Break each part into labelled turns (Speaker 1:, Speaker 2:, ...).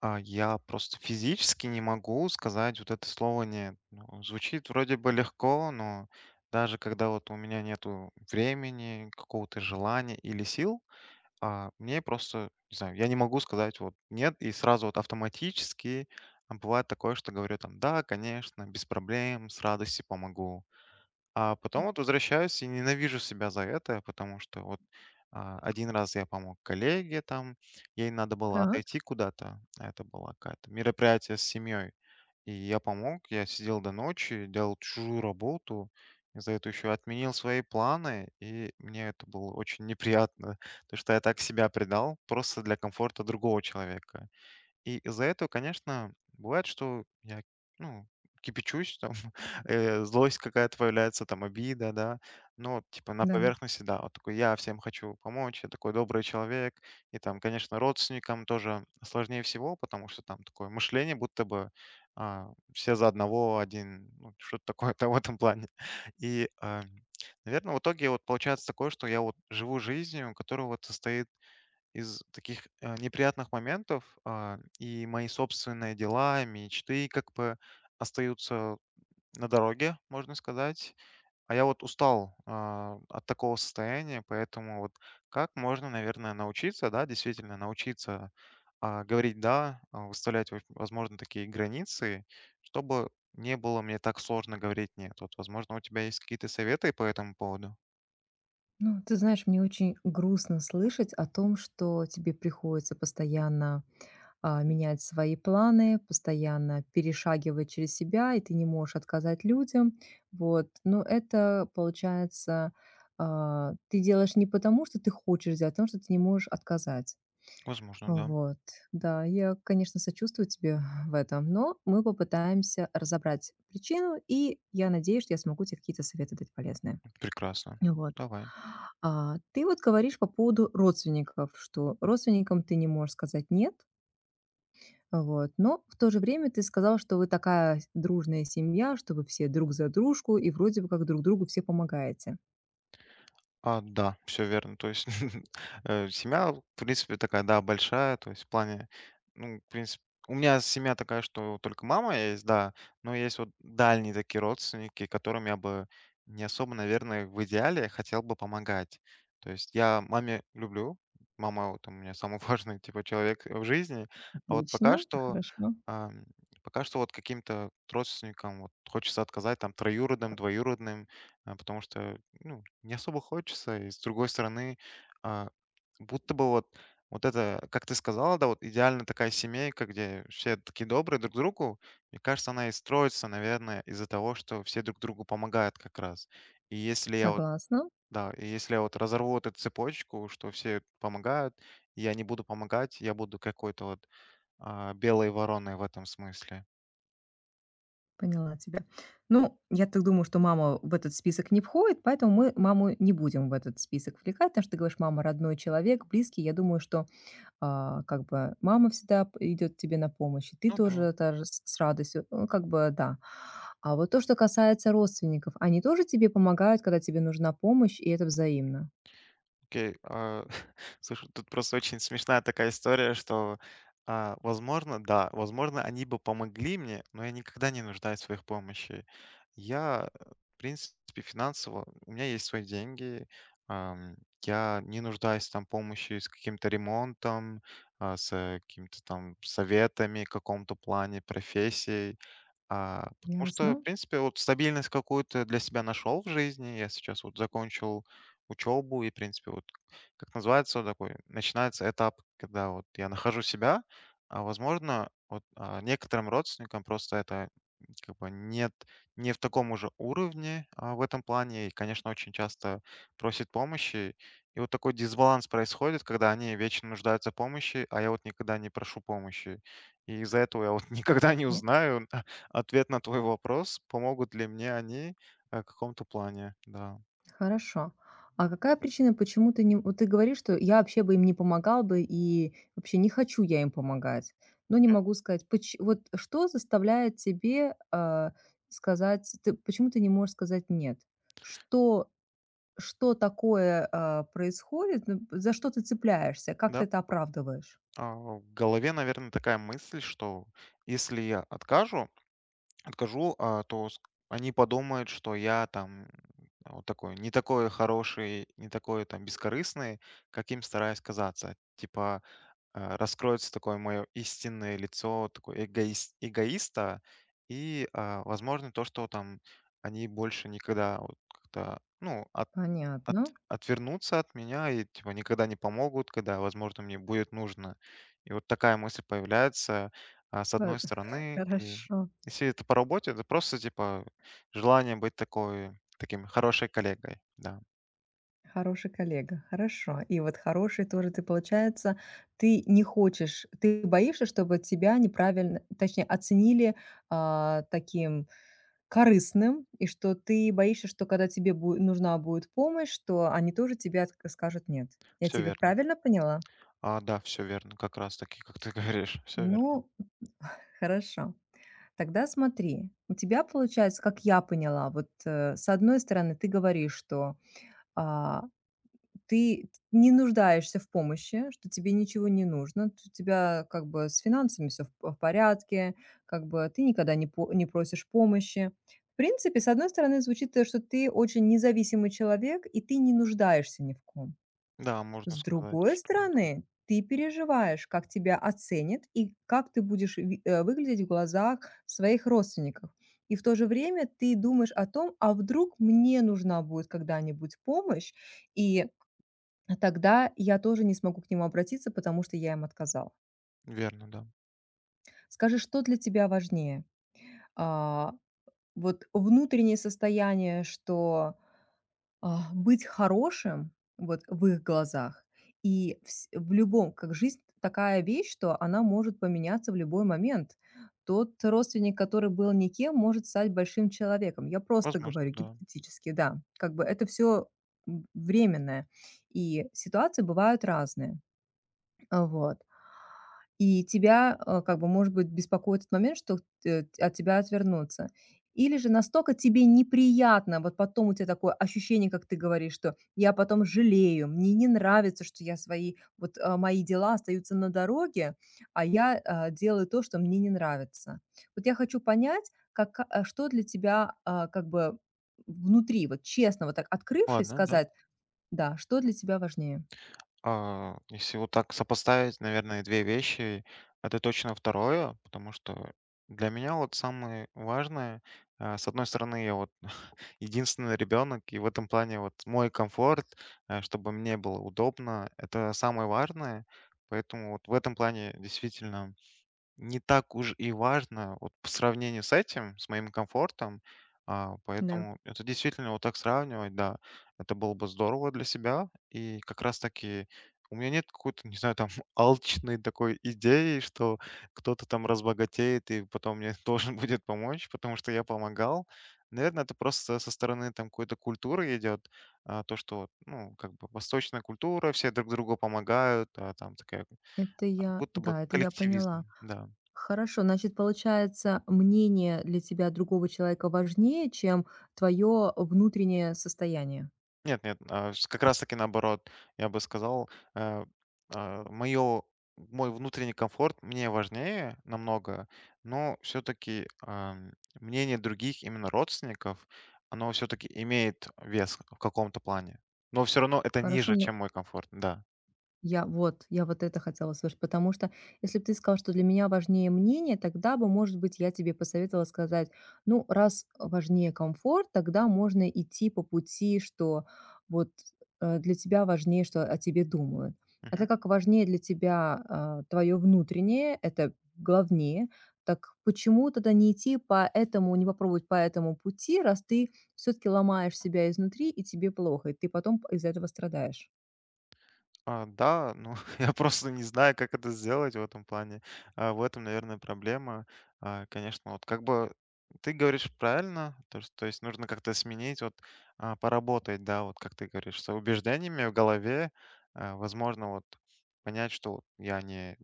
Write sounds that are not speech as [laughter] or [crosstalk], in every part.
Speaker 1: Я просто физически не могу сказать вот это слово "нет". Ну, звучит вроде бы легко, но даже когда вот у меня нету времени, какого-то желания или сил, мне просто, не знаю, я не могу сказать вот "нет" и сразу вот автоматически. Бывает такое, что говорю там: "Да, конечно, без проблем, с радостью помогу". А потом вот возвращаюсь и ненавижу себя за это, потому что вот один раз я помог коллеге там, ей надо было
Speaker 2: Так,
Speaker 1: отойти куда-то, а это было какое-то мероприятие с семьей, и я помог, я сидел до ночи, делал чужую работу, и за это еще отменил свои планы, и мне это было очень неприятно, [laughs] то что я так себя предал просто для комфорта другого человека. И из-за этого, конечно, бывает, что я, ну, кипячусь, там, [laughs] злость какая-то появляется, там, обида, да. Но, типа, на
Speaker 2: да.
Speaker 1: поверхности, да, вот такой, я всем хочу помочь, я такой добрый человек. И там, конечно, родственникам тоже сложнее всего, потому что там такое мышление, будто бы а, все за одного, один, ну, что-то такое-то [laughs] в этом плане. И, наверное, в итоге вот получается такое, что я вот живу жизнью, которая вот состоит из таких, неприятных моментов, и мои собственные дела, мечты как бы остаются на дороге, можно сказать. А я вот устал, от такого состояния, поэтому вот как можно, наверное, научиться, да, действительно научиться, говорить "да", выставлять, во возможно, такие границы, чтобы не было мне так сложно говорить "нет". Вот, возможно, у тебя есть какие-то советы по этому поводу?
Speaker 2: Ну, ты знаешь, мне очень грустно слышать о том, что тебе приходится постоянно менять свои планы, постоянно перешагивать через себя, и ты не можешь отказать людям. Вот. Но это получается, ты делаешь не потому, что ты хочешь делать, а потому, что ты не можешь отказать.
Speaker 1: Возможно, да.
Speaker 2: Вот, да, я, конечно, сочувствую тебе [laughs] в этом, но мы попытаемся разобрать причину, и я надеюсь, что я смогу тебе какие-то советы дать полезные.
Speaker 1: Прекрасно.
Speaker 2: Вот.
Speaker 1: Давай.
Speaker 2: Ты вот говоришь по поводу родственников, что родственникам ты не можешь сказать "нет", вот, но в то же время ты сказала, что вы такая с дружная семья, что вы все друг за дружку и вроде бы как друг другу все помогаете.
Speaker 1: Да, все верно. То есть, [laughs] семья, в принципе, такая, да, большая. То есть в плане, ну, в принципе, у меня семья такая, что только мама есть, да, но есть вот дальние такие родственники, которым я бы не особо, наверное, в идеале хотел бы помогать. То есть я маме люблю, мама вот у меня самый [laughs] важный типа человек в жизни, а вот
Speaker 2: Отлично, это хорошо.
Speaker 1: ам, пока что вот каким-то родственникам вот хочется отказать там троюродным, двоюродным, потому что, ну, не особо хочется. И с другой стороны, а, будто бы вот, вот это, как ты сказала, да, вот идеально такая семейка, где все такие добрые друг другу, мне кажется, она и строится, наверное, из-за того, что все друг другу помогают как раз. И если я вот,
Speaker 2: Согласна,
Speaker 1: Да, и если я вот разорву вот эту цепочку, что все помогают, я не буду помогать, я буду какой-то вот белой вороной в этом смысле.
Speaker 2: поняла тебя. Ну, я так думаю, что мама в этот список не входит, поэтому мы маму не будем в этот список вовлекать, потому что ты говоришь: "Мама- родной человек, близкий". Я думаю, что как бы мама всегда п идёт тебе на помощь, и ты
Speaker 1: Ну да.
Speaker 2: тоже даже с радостью. Ну, как бы да. А вот то, что касается родственников, они тоже тебе помогают, когда тебе нужна помощь, и это взаимно?
Speaker 1: Окей, [laughs] слушай, тут просто очень смешная такая история, что возможно, да, возможно, они бы помогли мне, но я никогда не нуждаюсь в их помощи. Я, в принципе, финансово, у меня есть свои деньги. ам, я не нуждаюсь там помощи с каким-то ремонтом, с какими-то там советами в каком-то плане, профессией. Потому что,
Speaker 2: Ясно.
Speaker 1: в принципе, вот стабильность какую-то для себя нашел в жизни. Я сейчас вот закончил учебу и, в принципе, вот как называется такой, начинается этап, когда вот я нахожу себя, а возможно, вот некоторым родственникам просто это как бы нет, не в таком уже уровне в этом плане, и, конечно, очень часто просит помощи. И вот такой дисбаланс происходит, когда они вечно нуждаются в помощи, а я вот никогда не прошу помощи. И из-за этого я вот [laughs] никогда не
Speaker 2: Е
Speaker 1: узнаю ответ на твой вопрос, помогут ли мне они в каком-то плане, да.
Speaker 2: Хорошо. А какая причина, почему ты не вот ты говоришь, что я вообще бы им не помогал бы, и вообще не хочу я им помогать, но не могу сказать, поч вот что заставляет тебе, сказать ты почему ты не можешь сказать нет? Что Что такое, происходит, ну, за что ты цепляешься, как ты
Speaker 1: Да,
Speaker 2: это оправдываешь?
Speaker 1: в голове, наверное, такая мысль, что если я откажу, то они подумают, что я там вот такой, не такой хороший, не такой там бескорыстный, каким стараюсь казаться. Типа раскроется такое мое истинное лицо, такое эгоиста, и, возможно, то, что там они больше никогда вот как-то, ну, от
Speaker 2: Понятно.
Speaker 1: отвернутся от меня и, типа, никогда не помогут, когда, возможно, мне будет нужно. И вот такая мысль появляется, с
Speaker 2: По
Speaker 1: одной
Speaker 2: [laughs]
Speaker 1: стороны. И
Speaker 2: Хорошо.
Speaker 1: если это по работе, это просто, типа, желание быть такой таким хорошей коллегой. Да,
Speaker 2: Хороший коллега. Хорошо. И вот хороший тоже ты, получается, ты не хочешь, ты боишься, чтобы тебя неправильно, точнее, оценили, таким корыстным, и что ты боишься, что когда тебе бу нужна будет помощь, что они тоже тебе отк скажут нет. Я
Speaker 1: все
Speaker 2: тебя
Speaker 1: верно.
Speaker 2: правильно поняла?
Speaker 1: Да, все верно, как раз таки, как ты [laughs] говоришь, все верно.
Speaker 2: Ну, [laughs] хорошо. Тогда смотри, у тебя получается, как я поняла, вот с одной стороны ты говоришь, что а, ты не нуждаешься в помощи, что тебе ничего не нужно, у тебя как бы с финансами все в порядке, как бы ты никогда не, не просишь помощи. В принципе, с одной стороны звучит, что ты очень независимый человек, и ты не нуждаешься ни в ком.
Speaker 1: Да, можно
Speaker 2: С
Speaker 1: сказать,
Speaker 2: другой
Speaker 1: что
Speaker 2: стороны, ты переживаешь, как тебя оценят и как ты будешь выглядеть в глазах своих родственников. И в то же время ты думаешь о том, а вдруг мне нужна будет когда-нибудь помощь, и тогда я тоже не смогу к нему обратиться, потому что я им отказала.
Speaker 1: верно, да.
Speaker 2: Скажи, что для тебя важнее? А, вот внутреннее состояние, что быть хорошим вот в их глазах. И вс В любом как жизнь такая вещь, что она может поменяться в любой момент. Тот родственник, который был никем, может стать большим человеком. Я просто
Speaker 1: Возможно,
Speaker 2: говорю
Speaker 1: да.
Speaker 2: гипотетически, да. Как бы это все временное, и ситуации бывают разные. Вот. И тебя, как бы, может быть, беспокоит этот момент, что т от тебя отвернутся. Или же настолько тебе неприятно, вот потом у тебя такое ощущение, как ты говоришь, что я потом жалею, мне не нравится, что я свои, вот, мои дела остаются на дороге, а я, делаю то, что мне не нравится. Вот я хочу понять, как что для тебя, как бы внутри, вот честно, вот так открывшись,
Speaker 1: Ладно, да.
Speaker 2: сказать, да, что для тебя важнее?
Speaker 1: Если вот так сопоставить, наверное, 2 вещи, это точно второе, потому что для меня вот самое важное, с одной стороны, я вот [laughs] единственный ребенок, и в этом плане вот мой комфорт, чтобы мне было удобно, это самое важное. Поэтому вот в этом плане действительно не так уж и важно вот по сравнению с этим, с моим комфортом. А,
Speaker 2: Да,
Speaker 1: поэтому это действительно вот так сравнивать, да, это было бы здорово для себя. И как раз таки у меня нет какой-то, не знаю, там [laughs] алчной такой идеи, что кто-то там разбогатеет и потом мне [laughs] должен будет помочь, потому что я помогал. Наверное, это просто со стороны там какой-то культуры идет, то, что, вот, ну, как бы восточная культура, все друг другу помогают, там такая, будто бы
Speaker 2: это я поняла.
Speaker 1: коллективизм, да.
Speaker 2: Хорошо, значит, получается, мнение для тебя другого человека важнее, чем твое внутреннее состояние.
Speaker 1: Нет, нет, а, с как раз таки наоборот. Я бы сказал, э, а, моё мой внутренний комфорт мне важнее намного, но все таки мнение других, именно родственников, оно все таки имеет вес в каком-то плане. Но все равно это
Speaker 2: Хорошо,
Speaker 1: ниже, чем мой комфорт, да.
Speaker 2: я вот, это хотела услышать, потому что если бы ты сказал, что для меня важнее мнение, тогда бы, может быть, я тебе посоветовала сказать, ну, раз важнее комфорт, тогда можно идти по пути, что вот для тебя важнее, что о тебе думают. А так как важнее для тебя твое внутреннее, это главнее, так почему тогда не идти по этому, не попробовать по этому пути, раз ты все-таки ломаешь себя изнутри, и тебе плохо, и ты потом из-за этого страдаешь?
Speaker 1: Да, ну, [laughs] я просто не знаю, как это сделать в этом плане. В этом, наверное, проблема. Конечно, вот как бы ты говоришь правильно, то есть нужно как-то сменить, вот поработать, да, вот как ты говоришь, с убеждениями в голове. Возможно, вот понять, что вот я не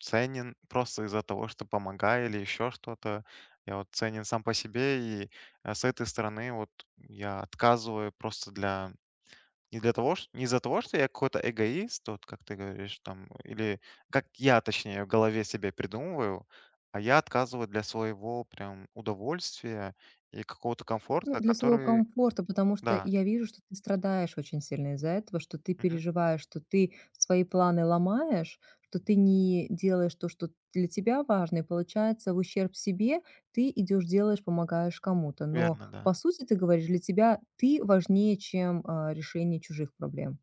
Speaker 1: ценен просто из-за того, что помогаю или еще что-то. Я вот ценен сам по себе, и с этой стороны вот я отказываю просто для не для того, чт не из-за того, что я какой-то эгоист, вот как ты говоришь там, или как я, точнее, в голове себе придумываю, а я отказываю для своего прям удовольствия и какого-то
Speaker 2: Ну,
Speaker 1: комфорта,
Speaker 2: для своего
Speaker 1: который.
Speaker 2: комфорта, потому что
Speaker 1: Да.
Speaker 2: я вижу, что ты страдаешь очень сильно из-за этого, что ты
Speaker 1: Мгм.
Speaker 2: переживаешь, что ты свои планы ломаешь, что ты не делаешь то, что для тебя важно, и получается в ущерб себе ты идешь, делаешь, помогаешь кому-то. Но
Speaker 1: Верно, да.
Speaker 2: по сути ты говоришь, для тебя ты важнее, чем решение чужих проблем.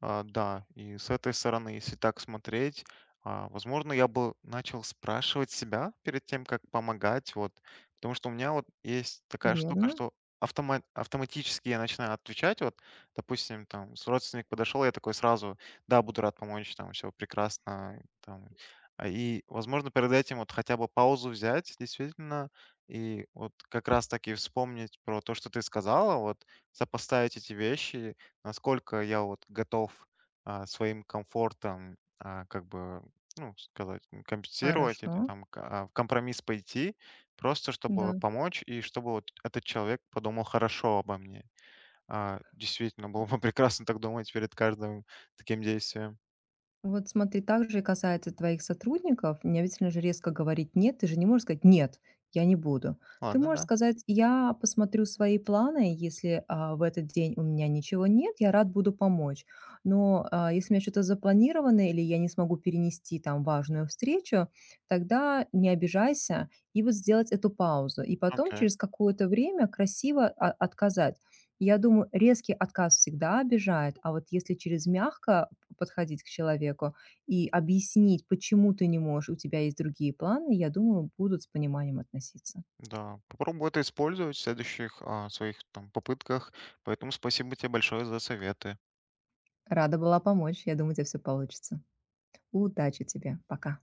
Speaker 1: Да, и с этой стороны, если так смотреть, возможно, я бы начал спрашивать себя перед тем, как помогать, вот, потому что у меня вот есть такая штука,
Speaker 2: Верно?
Speaker 1: что автоматически я начинаю отвечать, вот, допустим, там, с родственник подошел, я такой сразу, да, буду рад помочь, там, все прекрасно, там. И, возможно, перед этим вот хотя бы паузу взять, действительно, и вот как раз таки вспомнить про то, что ты сказала, вот, сопоставить эти вещи, насколько я вот готов, своим комфортом, как бы, ну, сказать, компенсировать или
Speaker 2: Хорошо.
Speaker 1: там в компромисс пойти, просто чтобы
Speaker 2: Да.
Speaker 1: помочь и чтобы вот этот человек подумал хорошо обо мне. Действительно, было бы [laughs] прекрасно так думать перед каждым таким действием.
Speaker 2: Вот смотри, также и касается твоих сотрудников. Не обязательно же резко говорить «нет». Ты же не можешь сказать «нет, я не буду». Ты
Speaker 1: Ладно,
Speaker 2: можешь
Speaker 1: да.
Speaker 2: сказать «я посмотрю свои планы, если в этот день у меня ничего нет, я рад буду помочь. Но если у меня что-то запланировано или я не смогу перенести там важную встречу, тогда не обижайся и вот сделать эту паузу. И потом
Speaker 1: Окей.
Speaker 2: через какое-то время красиво отказать. Я думаю, резкий отказ всегда обижает, а вот если через мягко подходить к человеку и объяснить, почему ты не можешь, у тебя есть другие планы, я думаю, будут с пониманием относиться.
Speaker 1: Да. Попробую это использовать в следующих, своих там попытках. Поэтому спасибо тебе большое за советы.
Speaker 2: Рада была помочь. Я думаю, у тебя все получится. Удачи тебе. Пока.